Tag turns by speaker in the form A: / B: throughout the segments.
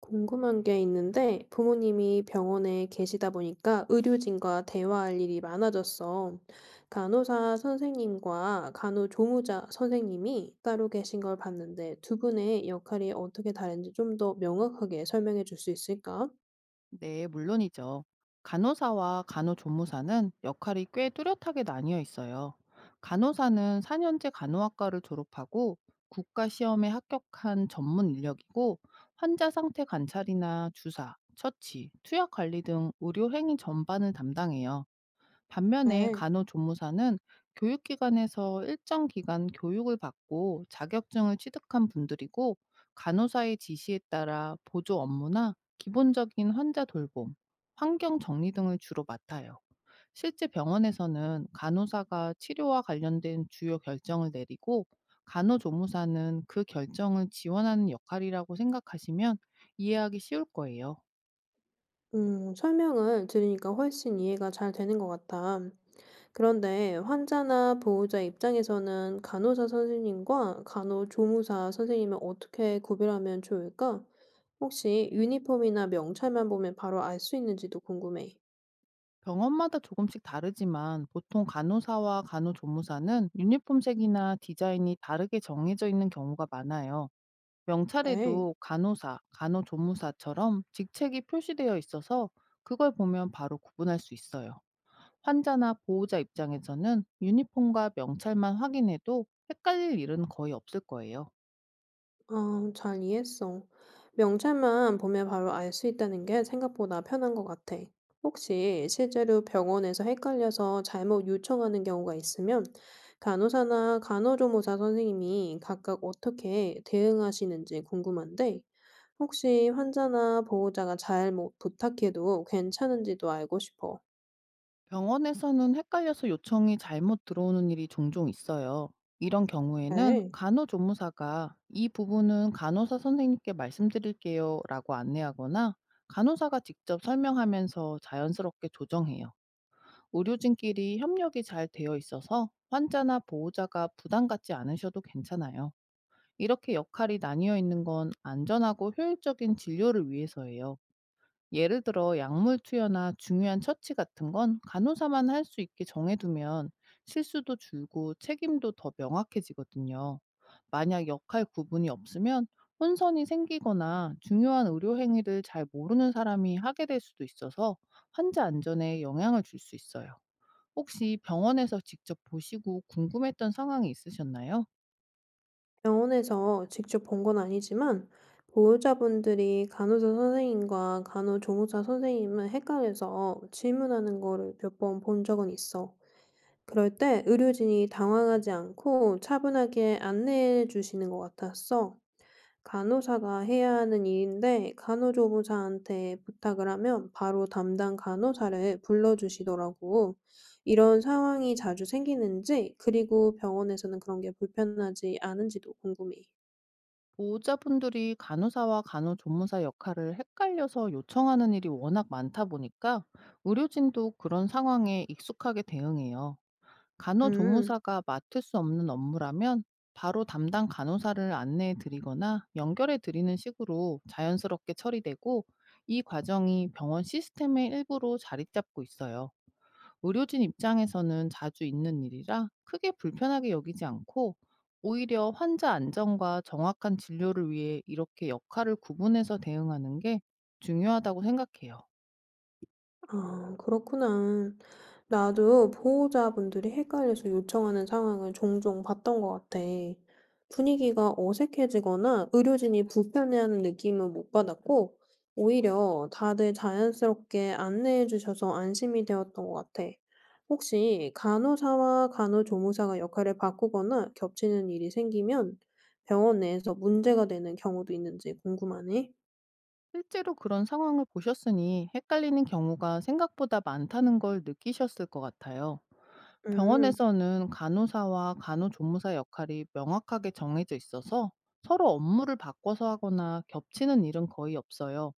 A: 궁금한 게 있는데 부모님이 병원에 계시다 보니까 의료진과 대화할 일이 많아졌어. 간호사 선생님과 간호조무사 선생님이 따로 계신 걸 봤는데 두 분의 역할이 어떻게 다른지 좀 더 명확하게 설명해 줄 수 있을까?
B: 네, 물론이죠. 간호사와 간호조무사는 역할이 꽤 뚜렷하게 나뉘어 있어요. 간호사는 4년제 간호학과를 졸업하고 국가 시험에 합격한 전문 인력이고, 환자 상태 관찰이나 주사, 처치, 투약 관리 등 의료 행위 전반을 담당해요. 반면에
A: 네.
B: 간호조무사는 교육기관에서 일정 기간 교육을 받고 자격증을 취득한 분들이고, 간호사의 지시에 따라 보조 업무나 기본적인 환자 돌봄, 환경 정리 등을 주로 맡아요. 실제 병원에서는 간호사가 치료와 관련된 주요 결정을 내리고, 간호조무사는 그 결정을 지원하는 역할이라고 생각하시면 이해하기 쉬울 거예요.
A: 설명을 들으니까 훨씬 이해가 잘 되는 것 같아. 그런데 환자나 보호자 입장에서는 간호사 선생님과 간호조무사 선생님을 어떻게 구별하면 좋을까? 혹시 유니폼이나 명찰만 보면 바로 알 수 있는지도 궁금해.
B: 병원마다 조금씩 다르지만 보통 간호사와 간호조무사는 유니폼색이나 디자인이 다르게 정해져 있는 경우가 많아요.
A: 네.
B: 명찰에도 간호사, 간호조무사처럼 직책이 표시되어 있어서 그걸 보면 바로 구분할 수 있어요. 환자나 보호자 입장에서는 유니폼과 명찰만 확인해도 헷갈릴 일은 거의 없을 거예요.
A: 아, 잘 이해했어. 명찰만 보면 바로 알 수 있다는 게 생각보다 편한 것 같아. 혹시 실제로 병원에서 헷갈려서 잘못 요청하는 경우가 있으면 간호사나 간호조무사 선생님이 각각 어떻게 대응하시는지 궁금한데, 혹시 환자나 보호자가 잘못 부탁해도 괜찮은지도 알고 싶어.
B: 병원에서는 헷갈려서 요청이 잘못 들어오는 일이 종종 있어요. 이런 경우에는
A: 네.
B: 간호조무사가 이 부분은 간호사 선생님께 말씀드릴게요 라고 안내하거나, 간호사가 직접 설명하면서 자연스럽게 조정해요. 의료진끼리 협력이 잘 되어 있어서 환자나 보호자가 부담 갖지 않으셔도 괜찮아요. 이렇게 역할이 나뉘어 있는 건 안전하고 효율적인 진료를 위해서예요. 예를 들어 약물 투여나 중요한 처치 같은 건 간호사만 할 수 있게 정해두면, 실수도 줄고 책임도 더 명확해지거든요. 만약 역할 구분이 없으면 혼선이 생기거나 중요한 의료 행위를 잘 모르는 사람이 하게 될 수도 있어서 환자 안전에 영향을 줄 수 있어요. 혹시 병원에서 직접 보시고 궁금했던 상황이 있으셨나요?
A: 병원에서 직접 본 건 아니지만 보호자분들이 간호사 선생님과 간호조무사 선생님을 헷갈려서 질문하는 거를 몇 번 본 적은 있어. 그럴 때 의료진이 당황하지 않고 차분하게 안내해 주시는 것 같았어. 간호사가 해야 하는 일인데 간호조무사한테 부탁을 하면 바로 담당 간호사를 불러주시더라고. 이런 상황이 자주 생기는지, 그리고 병원에서는 그런 게 불편하지 않은지도 궁금해.
B: 보호자분들이 간호사와 간호조무사 역할을 헷갈려서 요청하는 일이 워낙 많다 보니까 의료진도 그런 상황에 익숙하게 대응해요.
A: 음.
B: 간호조무사가 맡을 수 없는 업무라면 바로 담당 간호사를 안내해 드리거나 연결해 드리는 식으로 자연스럽게 처리되고, 이 과정이 병원 시스템의 일부로 자리 잡고 있어요. 의료진 입장에서는 자주 있는 일이라 크게 불편하게 여기지 않고, 오히려 환자 안전과 정확한 진료를 위해 이렇게 역할을 구분해서 대응하는 게 중요하다고 생각해요.
A: 아, 그렇구나. 나도 보호자분들이 헷갈려서 요청하는 상황을 종종 봤던 것 같아. 분위기가 어색해지거나 의료진이 불편해하는 느낌은 못 받았고, 오히려 다들 자연스럽게 안내해 주셔서 안심이 되었던 것 같아. 혹시 간호사와 간호조무사가 역할을 바꾸거나 겹치는 일이 생기면 병원 내에서 문제가 되는 경우도 있는지 궁금하네.
B: 실제로 그런 상황을 보셨으니 헷갈리는 경우가 생각보다 많다는 걸 느끼셨을 것 같아요.
A: 음.
B: 병원에서는 간호사와 간호조무사 역할이 명확하게 정해져 있어서 서로 업무를 바꿔서 하거나 겹치는 일은 거의 없어요.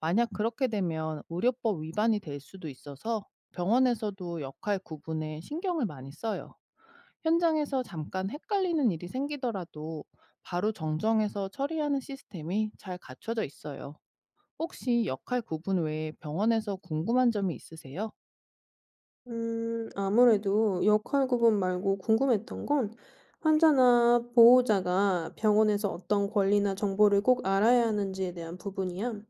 B: 만약 그렇게 되면 의료법 위반이 될 수도 있어서 병원에서도 역할 구분에 신경을 많이 써요. 현장에서 잠깐 헷갈리는 일이 생기더라도 바로 정정해서 처리하는 시스템이 잘 갖춰져 있어요. 혹시 역할 구분 외에 병원에서 궁금한 점이 있으세요?
A: 아무래도 역할 구분 말고 궁금했던 건 환자나 보호자가 병원에서 어떤 권리나 정보를 꼭 알아야 하는지에 대한 부분이야.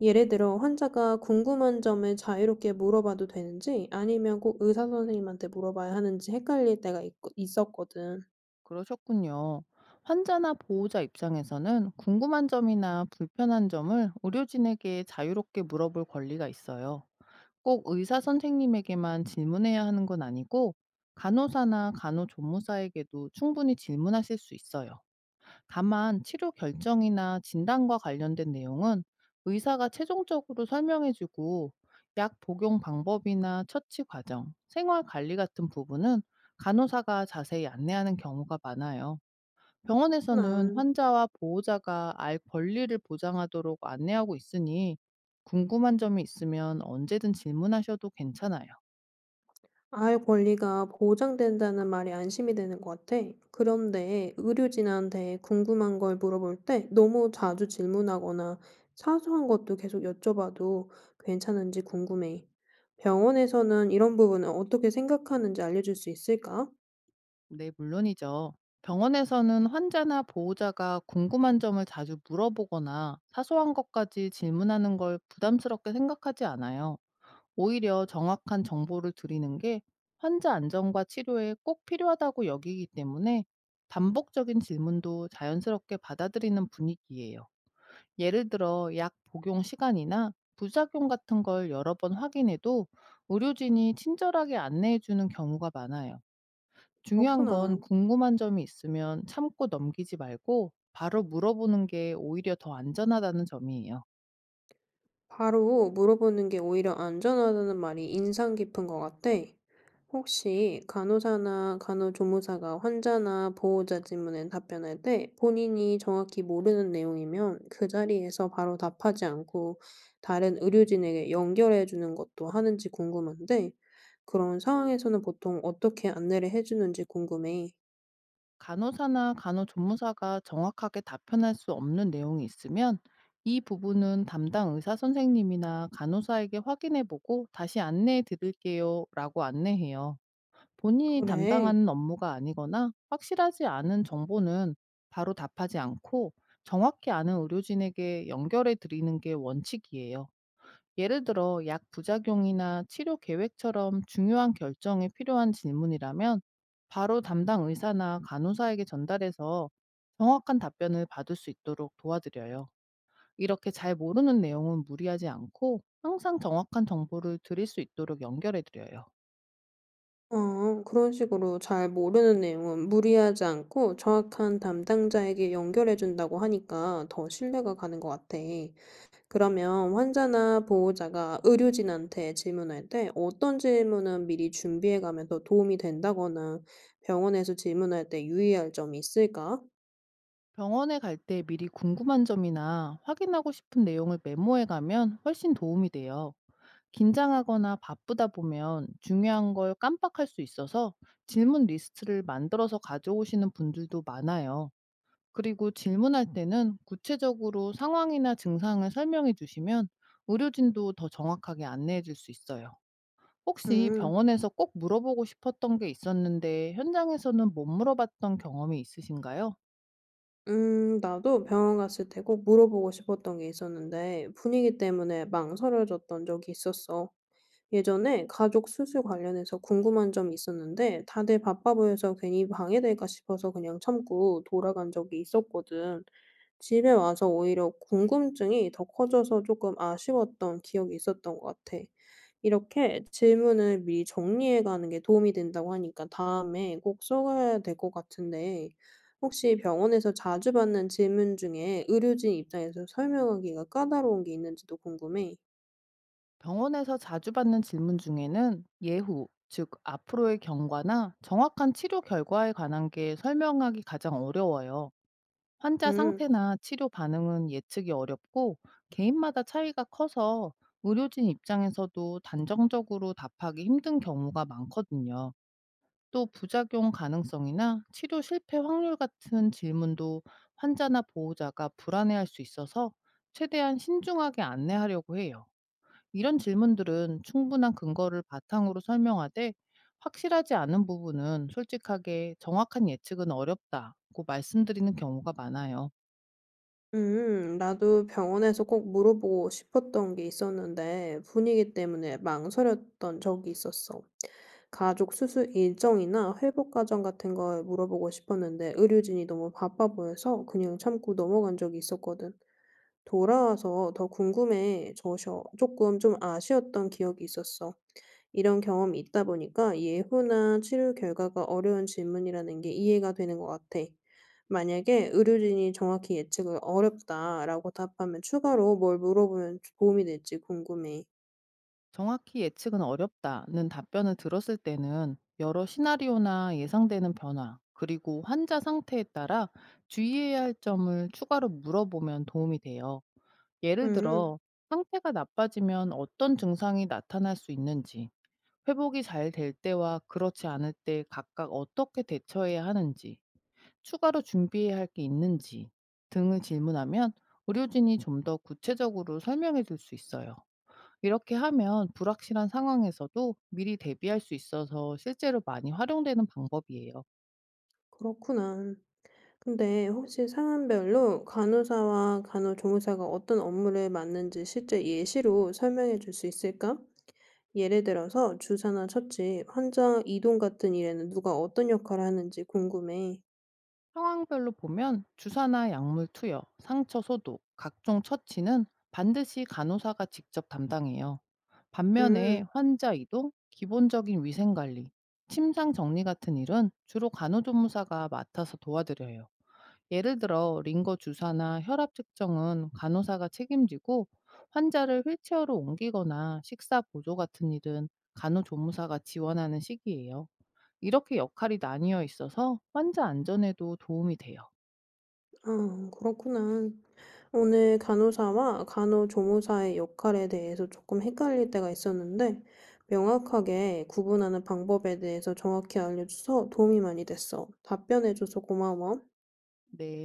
A: 예를 들어 환자가 궁금한 점을 자유롭게 물어봐도 되는지 아니면 꼭 의사 선생님한테 물어봐야 하는지 헷갈릴 때가 있었거든.
B: 그러셨군요. 환자나 보호자 입장에서는 궁금한 점이나 불편한 점을 의료진에게 자유롭게 물어볼 권리가 있어요. 꼭 의사 선생님에게만 질문해야 하는 건 아니고, 간호사나 간호조무사에게도 충분히 질문하실 수 있어요. 다만 치료 결정이나 진단과 관련된 내용은 의사가 최종적으로 설명해주고, 약 복용 방법이나 처치 과정, 생활 관리 같은 부분은 간호사가 자세히 안내하는 경우가 많아요. 병원에서는
A: 아,
B: 환자와 보호자가 알 권리를 보장하도록 안내하고 있으니 궁금한 점이 있으면 언제든 질문하셔도 괜찮아요.
A: 아의 권리가 보장된다는 말이 안심이 되는 것 같아. 그런데 의료진한테 궁금한 걸 물어볼 때 너무 자주 질문하거나 사소한 것도 계속 여쭤봐도 괜찮은지 궁금해. 병원에서는 이런 부분을 어떻게 생각하는지 알려줄 수 있을까?
B: 네, 물론이죠. 병원에서는 환자나 보호자가 궁금한 점을 자주 물어보거나 사소한 것까지 질문하는 걸 부담스럽게 생각하지 않아요. 오히려 정확한 정보를 드리는 게 환자 안전과 치료에 꼭 필요하다고 여기기 때문에 반복적인 질문도 자연스럽게 받아들이는 분위기예요. 예를 들어 약 복용 시간이나 부작용 같은 걸 여러 번 확인해도 의료진이 친절하게 안내해 주는 경우가 많아요. 중요한 건
A: 그렇구나.
B: 궁금한 점이 있으면 참고 넘기지 말고 바로 물어보는 게 오히려 더 안전하다는 점이에요.
A: 바로 물어보는 게 오히려 안전하다는 말이 인상 깊은 것 같아. 혹시 간호사나 간호조무사가 환자나 보호자 질문에 답변할 때 본인이 정확히 모르는 내용이면 그 자리에서 바로 답하지 않고 다른 의료진에게 연결해 주는 것도 하는지 궁금한데 그런 상황에서는 보통 어떻게 안내를 해주는지 궁금해.
B: 간호사나 간호조무사가 정확하게 답변할 수 없는 내용이 있으면 이 부분은 담당 의사 선생님이나 간호사에게 확인해 보고 다시 안내해 드릴게요 라고 안내해요. 본인이
A: 그래.
B: 담당하는 업무가 아니거나 확실하지 않은 정보는 바로 답하지 않고, 정확히 아는 의료진에게 연결해 드리는 게 원칙이에요. 예를 들어 약 부작용이나 치료 계획처럼 중요한 결정이 필요한 질문이라면 바로 담당 의사나 간호사에게 전달해서 정확한 답변을 받을 수 있도록 도와드려요. 이렇게 잘 모르는 내용은 무리하지 않고 항상 정확한 정보를 드릴 수 있도록 연결해 드려요.
A: 어, 그런 식으로 잘 모르는 내용은 무리하지 않고 정확한 담당자에게 연결해 준다고 하니까 더 신뢰가 가는 것 같아. 그러면 환자나 보호자가 의료진한테 질문할 때 어떤 질문은 미리 준비해 가면 더 도움이 된다거나 병원에서 질문할 때 유의할 점이 있을까?
B: 병원에 갈 때 미리 궁금한 점이나 확인하고 싶은 내용을 메모해 가면 훨씬 도움이 돼요. 긴장하거나 바쁘다 보면 중요한 걸 깜빡할 수 있어서 질문 리스트를 만들어서 가져오시는 분들도 많아요. 그리고 질문할 때는 구체적으로 상황이나 증상을 설명해 주시면 의료진도 더 정확하게 안내해 줄 수 있어요. 혹시
A: 음.
B: 병원에서 꼭 물어보고 싶었던 게 있었는데 현장에서는 못 물어봤던 경험이 있으신가요?
A: 나도 병원 갔을 때 꼭 물어보고 싶었던 게 있었는데 분위기 때문에 망설여졌던 적이 있었어. 예전에 가족 수술 관련해서 궁금한 점이 있었는데 다들 바빠 보여서 괜히 방해될까 싶어서 그냥 참고 돌아간 적이 있었거든. 집에 와서 오히려 궁금증이 더 커져서 조금 아쉬웠던 기억이 있었던 것 같아. 이렇게 질문을 미리 정리해 가는 게 도움이 된다고 하니까 다음에 꼭 써가야 될 것 같은데 혹시 병원에서 자주 받는 질문 중에 의료진 입장에서 설명하기가 까다로운 게 있는지도 궁금해.
B: 병원에서 자주 받는 질문 중에는 예후, 즉 앞으로의 경과나 정확한 치료 결과에 관한 게 설명하기 가장 어려워요. 환자
A: 음.
B: 상태나 치료 반응은 예측이 어렵고 개인마다 차이가 커서 의료진 입장에서도 단정적으로 답하기 힘든 경우가 많거든요. 또 부작용 가능성이나 치료 실패 확률 같은 질문도 환자나 보호자가 불안해할 수 있어서 최대한 신중하게 안내하려고 해요. 이런 질문들은 충분한 근거를 바탕으로 설명하되, 확실하지 않은 부분은 솔직하게 정확한 예측은 어렵다고 말씀드리는 경우가 많아요.
A: 나도 병원에서 꼭 물어보고 싶었던 게 있었는데 분위기 때문에 망설였던 적이 있었어. 가족 수술 일정이나 회복 과정 같은 걸 물어보고 싶었는데 의료진이 너무 바빠 보여서 그냥 참고 넘어간 적이 있었거든. 돌아와서 더 궁금해져서 조금 좀 아쉬웠던 기억이 있었어. 이런 경험이 있다 보니까 예후나 치료 결과가 어려운 질문이라는 게 이해가 되는 것 같아. 만약에 의료진이 정확히 예측을 어렵다라고 답하면 추가로 뭘 물어보면 도움이 될지 궁금해.
B: 정확히 예측은 어렵다는 답변을 들었을 때는 여러 시나리오나 예상되는 변화, 그리고 환자 상태에 따라 주의해야 할 점을 추가로 물어보면 도움이 돼요. 예를
A: 음,
B: 들어, 상태가 나빠지면 어떤 증상이 나타날 수 있는지, 회복이 잘 될 때와 그렇지 않을 때 각각 어떻게 대처해야 하는지, 추가로 준비해야 할 게 있는지 등을 질문하면 의료진이 좀 더 구체적으로 설명해 줄 수 있어요. 이렇게 하면 불확실한 상황에서도 미리 대비할 수 있어서 실제로 많이 활용되는 방법이에요.
A: 그렇구나. 근데 혹시 상황별로 간호사와 간호조무사가 어떤 업무를 맡는지 실제 예시로 설명해 줄 수 있을까? 예를 들어서 주사나 처치, 환자 이동 같은 일에는 누가 어떤 역할을 하는지 궁금해.
B: 상황별로 보면 주사나 약물 투여, 상처 소독, 각종 처치는 반드시 간호사가 직접 담당해요. 반면에
A: 음.
B: 환자 이동, 기본적인 위생 관리, 침상 정리 같은 일은 주로 간호조무사가 맡아서 도와드려요. 예를 들어 링거 주사나 혈압 측정은 간호사가 책임지고, 환자를 휠체어로 옮기거나 식사 보조 같은 일은 간호조무사가 지원하는 시기예요. 이렇게 역할이 나뉘어 있어서 환자 안전에도 도움이 돼요.
A: 아, 그렇구나. 오늘 간호사와 간호조무사의 역할에 대해서 조금 헷갈릴 때가 있었는데, 명확하게 구분하는 방법에 대해서 정확히 알려줘서 도움이 많이 됐어. 답변해줘서 고마워.
B: 네.